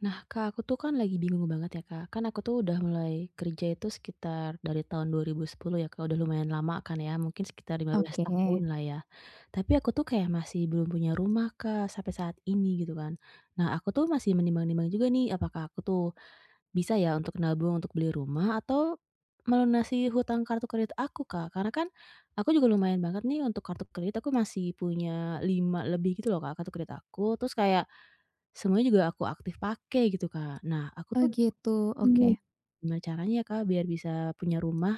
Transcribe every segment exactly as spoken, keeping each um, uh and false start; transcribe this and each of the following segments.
Nah, Kak, aku tuh kan lagi bingung banget ya, Kak. Kan aku tuh udah mulai kerja itu sekitar dari tahun dua ribu sepuluh ya, Kak. Udah lumayan lama kan ya, mungkin sekitar lima belas Oke. tahun lah ya. Tapi aku tuh kayak masih belum punya rumah, Kak, sampai saat ini gitu kan. Nah, aku tuh masih menimbang-nimbang juga nih, apakah aku tuh bisa ya untuk nabung untuk beli rumah atau melunasi hutang kartu kredit aku, Kak. Karena kan aku juga lumayan banget nih untuk kartu kredit, aku masih punya lima lebih gitu loh, Kak, kartu kredit aku. Terus kayak semuanya juga aku aktif pakai gitu, Kak. Nah, aku Oh tuh gitu, oke. bingung gimana caranya ya, Kak, biar bisa punya rumah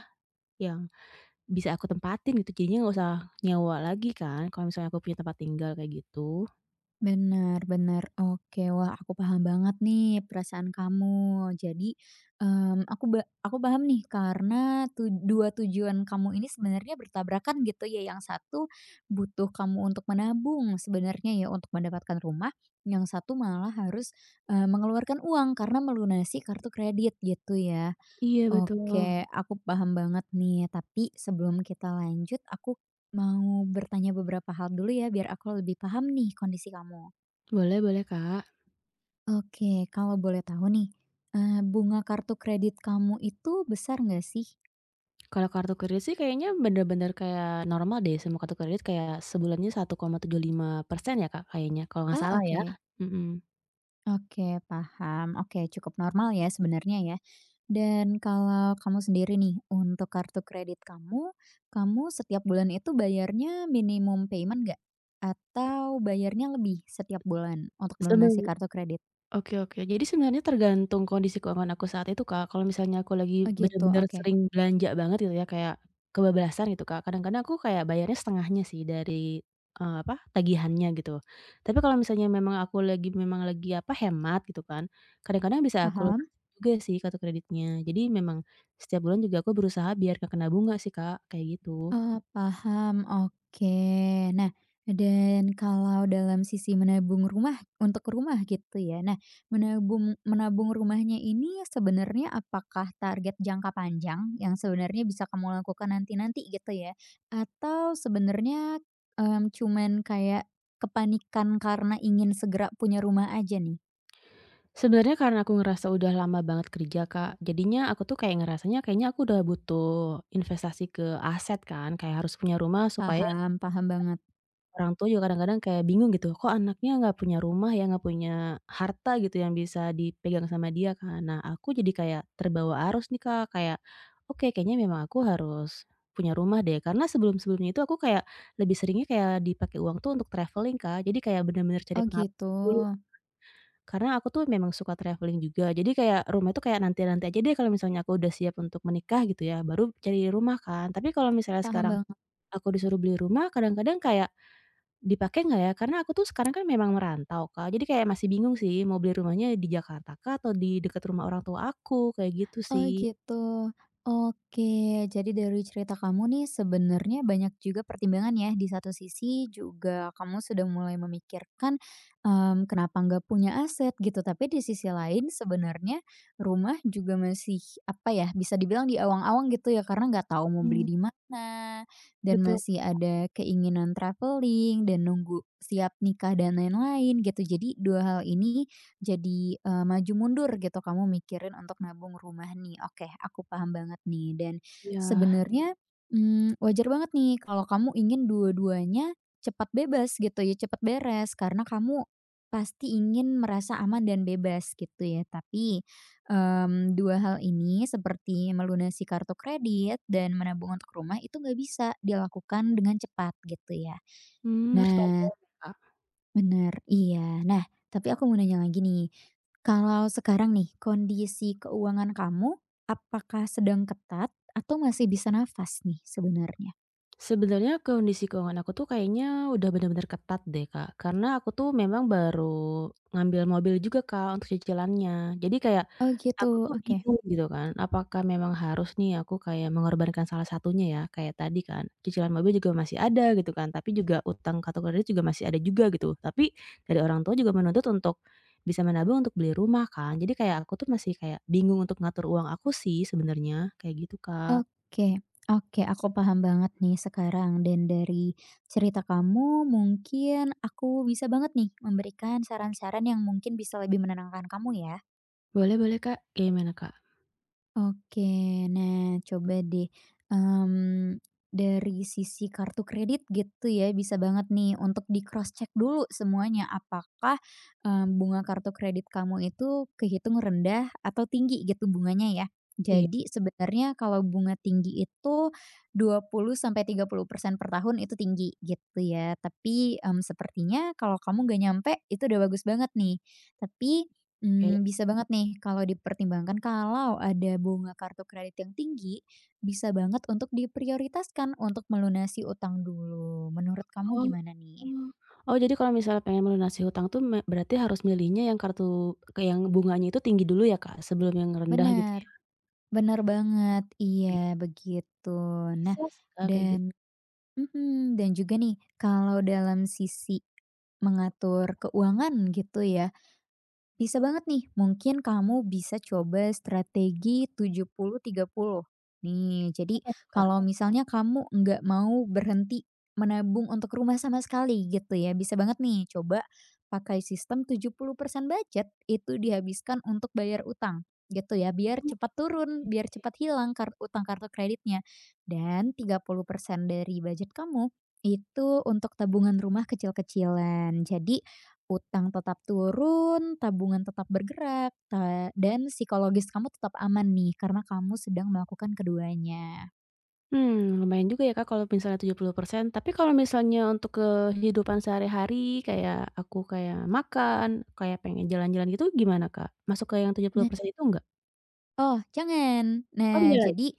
yang bisa aku tempatin gitu, jadinya nggak usah nyewa lagi kan kalau misalnya aku punya tempat tinggal kayak gitu. Benar-benar. Oke. Wah, aku paham banget nih perasaan kamu. Jadi, mmm, aku ba aku paham nih karena tu dua tujuan kamu ini sebenarnya bertabrakan gitu ya. Yang satu butuh kamu untuk menabung sebenarnya ya untuk mendapatkan rumah, yang satu malah harus, eee, mengeluarkan uang karena melunasi kartu kredit gitu ya. Iya Oke, betul. aku paham banget nih. Tapi sebelum kita lanjut, aku mau bertanya beberapa hal dulu ya, biar aku lebih paham nih kondisi kamu. Boleh boleh, Kak. Oke, kalau boleh tahu nih, eee, bunga kartu kredit kamu itu besar nggak sih? Kalau kartu kredit sih kayaknya bener-bener kayak normal deh semua kartu kredit kayak sebulannya satu koma tujuh lima persen ya, Kak, kayaknya kalau nggak Ah, salah ya? oke. Mhm. Oke, paham. Oke, cukup normal ya sebenarnya ya. Dan kalau kamu sendiri nih, untuk kartu kredit kamu, kamu setiap bulan itu bayarnya minimum payment nggak? Atau bayarnya lebih setiap bulan untuk Sebe melunasi kartu kredit? Oke oke. Jadi sebenarnya tergantung kondisi keuangan aku saat itu, Kak. Kalau misalnya aku lagi Oh gitu, bener-bener oke. sering belanja banget gitu ya, kayak kebablasan gitu, Kak. Kadang-kadang aku kayak bayarnya setengahnya sih dari, eee, apa, tagihannya gitu. Tapi kalau misalnya memang aku lagi memang lagi, apa, hemat gitu kan, kadang-kadang bisa aku Paham. lunasin juga sih kartu kreditnya. Jadi memang setiap bulan juga aku berusaha biar gak kena bunga sih, Kak, kayak gitu. Oh, paham, oke. Nah, dan kalau dalam sisi menabung rumah untuk rumah gitu ya. Nah, menabung menabung rumahnya ini sebenarnya apakah target jangka panjang yang sebenarnya bisa kamu lakukan nanti-nanti gitu ya? Atau sebenarnya, mmm, cuman kayak kepanikan karena ingin segera punya rumah aja nih? Sebenarnya karena aku ngerasa udah lama banget kerja, Kak. Jadinya aku tuh kayak ngerasanya kayaknya aku udah butuh investasi ke aset kan, kayak harus punya rumah supaya Paham paham banget. orang tua juga kadang-kadang kayak bingung gitu, kok anaknya nggak punya rumah ya, nggak punya harta gitu yang bisa dipegang sama dia kan. Nah, aku jadi kayak terbawa arus nih, Kak, kayak oke kayaknya memang aku harus punya rumah deh karena sebelum-sebelumnya itu aku kayak lebih seringnya kayak dipakai uang tuh untuk traveling, Kak. Jadi kayak bener-bener cari Oh pengalaman gitu, dulu karena aku tuh memang suka traveling juga, jadi kayak rumah itu kayak nanti-nanti aja deh kalau misalnya aku udah siap untuk menikah gitu ya, baru cari rumah kan. Tapi kalau misalnya paham sekarang banget. aku disuruh beli rumah, kadang-kadang kayak, dipakai nggak ya? Karena aku tuh sekarang kan memang merantau, Kak, jadi kayak masih bingung sih mau beli rumahnya di Jakarta kah atau di dekat rumah orang tua aku, kayak gitu Oh sih. gitu. Oke, jadi dari cerita kamu nih sebenarnya banyak juga pertimbangan ya. Di satu sisi juga kamu sudah mulai memikirkan em, kenapa nggak punya aset gitu. Tapi di sisi lain sebenarnya rumah juga masih apa ya bisa dibilang di awang-awang gitu ya karena nggak tahu mau beli Mmm, di mana dan betul. masih ada keinginan traveling dan nunggu siap nikah dan lain-lain gitu. Jadi dua hal ini jadi, eee, maju mundur gitu kamu mikirin untuk nabung rumah nih, oke aku paham banget nih dan Iya, sebenarnya, mmm, wajar banget nih kalau kamu ingin dua-duanya cepat bebas gitu ya, cepat beres karena kamu pasti ingin merasa aman dan bebas gitu ya. Tapi, mmm, dua hal ini seperti melunasi kartu kredit dan menabung untuk rumah itu nggak bisa dilakukan dengan cepat gitu ya. mmm, harus tahu. Nah, benar iya. Nah, tapi aku mau nanya lagi nih. Kalau sekarang nih, kondisi keuangan kamu apakah sedang ketat atau masih bisa nafas nih sebenarnya? Sebenarnya kondisi keuangan aku tuh kayaknya udah bener-bener ketat deh, Kak. Karena aku tuh memang baru ngambil mobil juga, Kak, untuk cicilannya. Jadi kayak Oh gitu, aku tuh oke. bingung gitu kan, apakah memang harus nih aku kayak mengorbankan salah satunya ya, kayak tadi kan, cicilan mobil juga masih ada gitu kan, tapi juga utang kartu kredit juga masih ada juga gitu. Tapi dari orang tua juga menuntut untuk bisa menabung untuk beli rumah kan. Jadi kayak aku tuh masih kayak bingung untuk ngatur uang aku sih sebenarnya, kayak gitu, Kak. Oke, oke, aku paham banget nih sekarang dan dari cerita kamu mungkin aku bisa banget nih memberikan saran-saran yang mungkin bisa lebih menenangkan kamu ya. Boleh boleh, Kak. Gimana, Kak? Oke. Nah, coba deh, mmm, dari sisi kartu kredit gitu ya, bisa banget nih untuk di cross check dulu semuanya. Apakah, eee, bunga kartu kredit kamu itu kehitung rendah atau tinggi gitu bunganya ya. Iya. Jadi sebenarnya kalau bunga tinggi itu dua puluh sampai tiga puluh persen per tahun itu tinggi gitu ya. Tapi, mmm, sepertinya kalau kamu gak nyampe itu udah bagus banget nih. Tapi Oke, Mmm, bisa banget nih kalau dipertimbangkan kalau ada bunga kartu kredit yang tinggi, bisa banget untuk diprioritaskan untuk melunasi utang dulu. Menurut kamu oh gimana nih? oh, jadi kalau misalnya pengen melunasi hutang tuh me berarti harus milihnya yang kartu ke yang bunganya itu tinggi dulu ya, Kak, sebelum yang rendah gitu Benar ya? benar banget. Iya, Oke, begitu. Nah, bisa sih, Kak, kayak dan gitu. mhm, dan juga nih kalau dalam sisi mengatur keuangan gitu ya. Bisa banget nih, mungkin kamu bisa coba strategi tujuh puluh tiga puluh. Nih, jadi Apa tuh, Kak? kalau misalnya kamu nggak mau berhenti menabung untuk rumah sama sekali gitu ya, bisa banget nih coba pakai sistem tujuh puluh persen budget itu dihabiskan untuk bayar utang gitu ya, biar Oke. cepat turun, biar cepat hilang kar utang kartu kreditnya. Dan tiga puluh persen dari budget kamu itu untuk tabungan rumah kecil-kecilan. Jadi utang tetap turun, tabungan tetap bergerak, ta dan psikologis kamu tetap aman nih, karena kamu sedang melakukan keduanya. Mmm, lumayan juga ya, Kak, kalau misalnya tujuh puluh persen. Tapi kalau misalnya untuk kehidupan sehari-hari kayak aku kayak makan, kayak pengen jalan-jalan gitu gimana, Kak? Masuk ke yang tujuh puluh Nah. persen itu enggak? Oh, jangan. Oh, beda Nah, lagi? jadi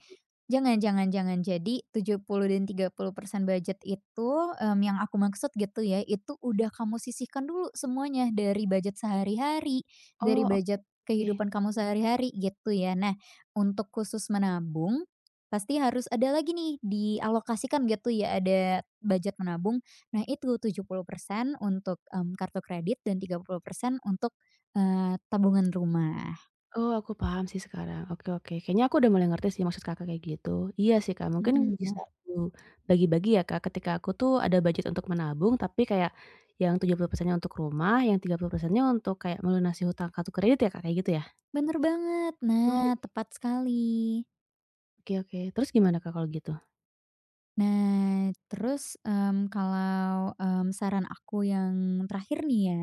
jangan jangan jangan. Jadi tujuh puluh dan tiga puluh persen budget itu, mmm, yang aku maksud gitu ya, itu udah kamu sisihkan dulu semuanya dari budget sehari-hari, dari Oh, budget oke. kehidupan kamu sehari-hari gitu ya. Nah, untuk khusus menabung, pasti harus ada lagi nih dialokasikan gitu ya, ada budget menabung. Nah itu tujuh puluh persen untuk, mmm, kartu kredit dan tiga puluh persen untuk, eee, tabungan rumah. Oh, aku paham sih sekarang. Oke oke. Kayaknya aku udah mulai ngerti sih maksud Kakak kayak gitu. Iya sih, Kak, mungkin Hmm. bisa aku bagi-bagi ya, Kak, ketika aku tuh ada budget untuk menabung, tapi kayak yang tujuh puluh persen untuk rumah, yang tiga puluh persen untuk kayak melunasi hutang kartu kredit ya, Kak, kayak gitu ya? Bener banget. Oh, Nah, iya. tepat sekali. Oke oke. Terus gimana, Kak, kalau gitu? Nah, terus, mmm, kalau, mmm, saran aku yang terakhir nih ya,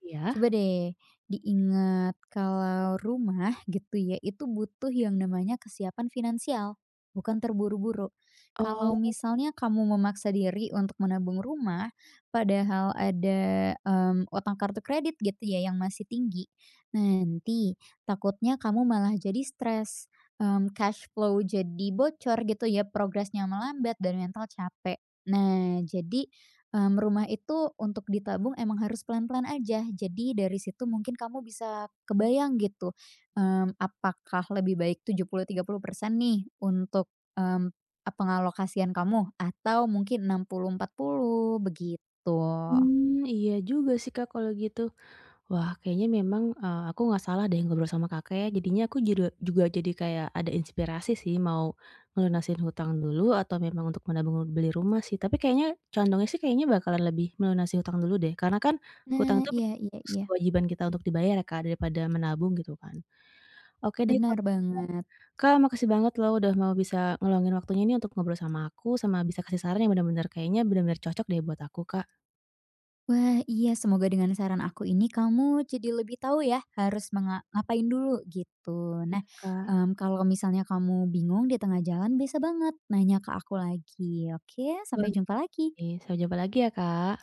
Iya? coba deh diingat kalau rumah gitu ya, itu butuh yang namanya kesiapan finansial, bukan terburu-buru. Oh, Kalau misalnya kamu memaksa diri untuk menabung rumah, padahal ada, mmm, utang kartu kredit gitu ya yang masih tinggi, nanti takutnya kamu malah jadi stres, mmm, cash flow jadi bocor gitu ya, progresnya melambat dan mental capek. Nah, jadi Mmm, rumah itu untuk ditabung emang harus pelan-pelan aja. Jadi dari situ mungkin kamu bisa kebayang gitu, mmm, apakah lebih baik tujuh puluh tiga puluh persen nih untuk, mmm, pengalokasian kamu atau mungkin enam puluh empat puluh begitu. mmm, iya juga sih, Kak, kalau gitu. Wah, kayaknya memang, eee, aku nggak salah deh ngobrol sama Kakak ya. Jadinya aku juru juga jadi kayak ada inspirasi sih mau ngelunasin hutang dulu atau memang untuk menabung beli rumah sih. Tapi kayaknya condongnya sih kayaknya bakalan lebih melunasi hutang dulu deh. Karena kan hutang Nah, itu iya iya iya, kewajiban kita untuk dibayar ya, Kak, daripada menabung gitu kan. Oke deh, Kak. benar banget. Kak, makasih banget loh udah mau bisa ngeluangin waktunya ini untuk ngobrol sama aku, sama bisa kasih saran yang benar-benar kayaknya benar-benar cocok deh buat aku, Kak. Wah, iya semoga dengan saran aku ini kamu jadi lebih tahu ya harus menga ngapain dulu gitu. Nah, Iya, Kak. mmm, kalau misalnya kamu bingung di tengah jalan bisa banget nanya ke aku lagi, oke? Sampai Boleh jumpa lagi. nih. Sampai jumpa lagi ya, Kak.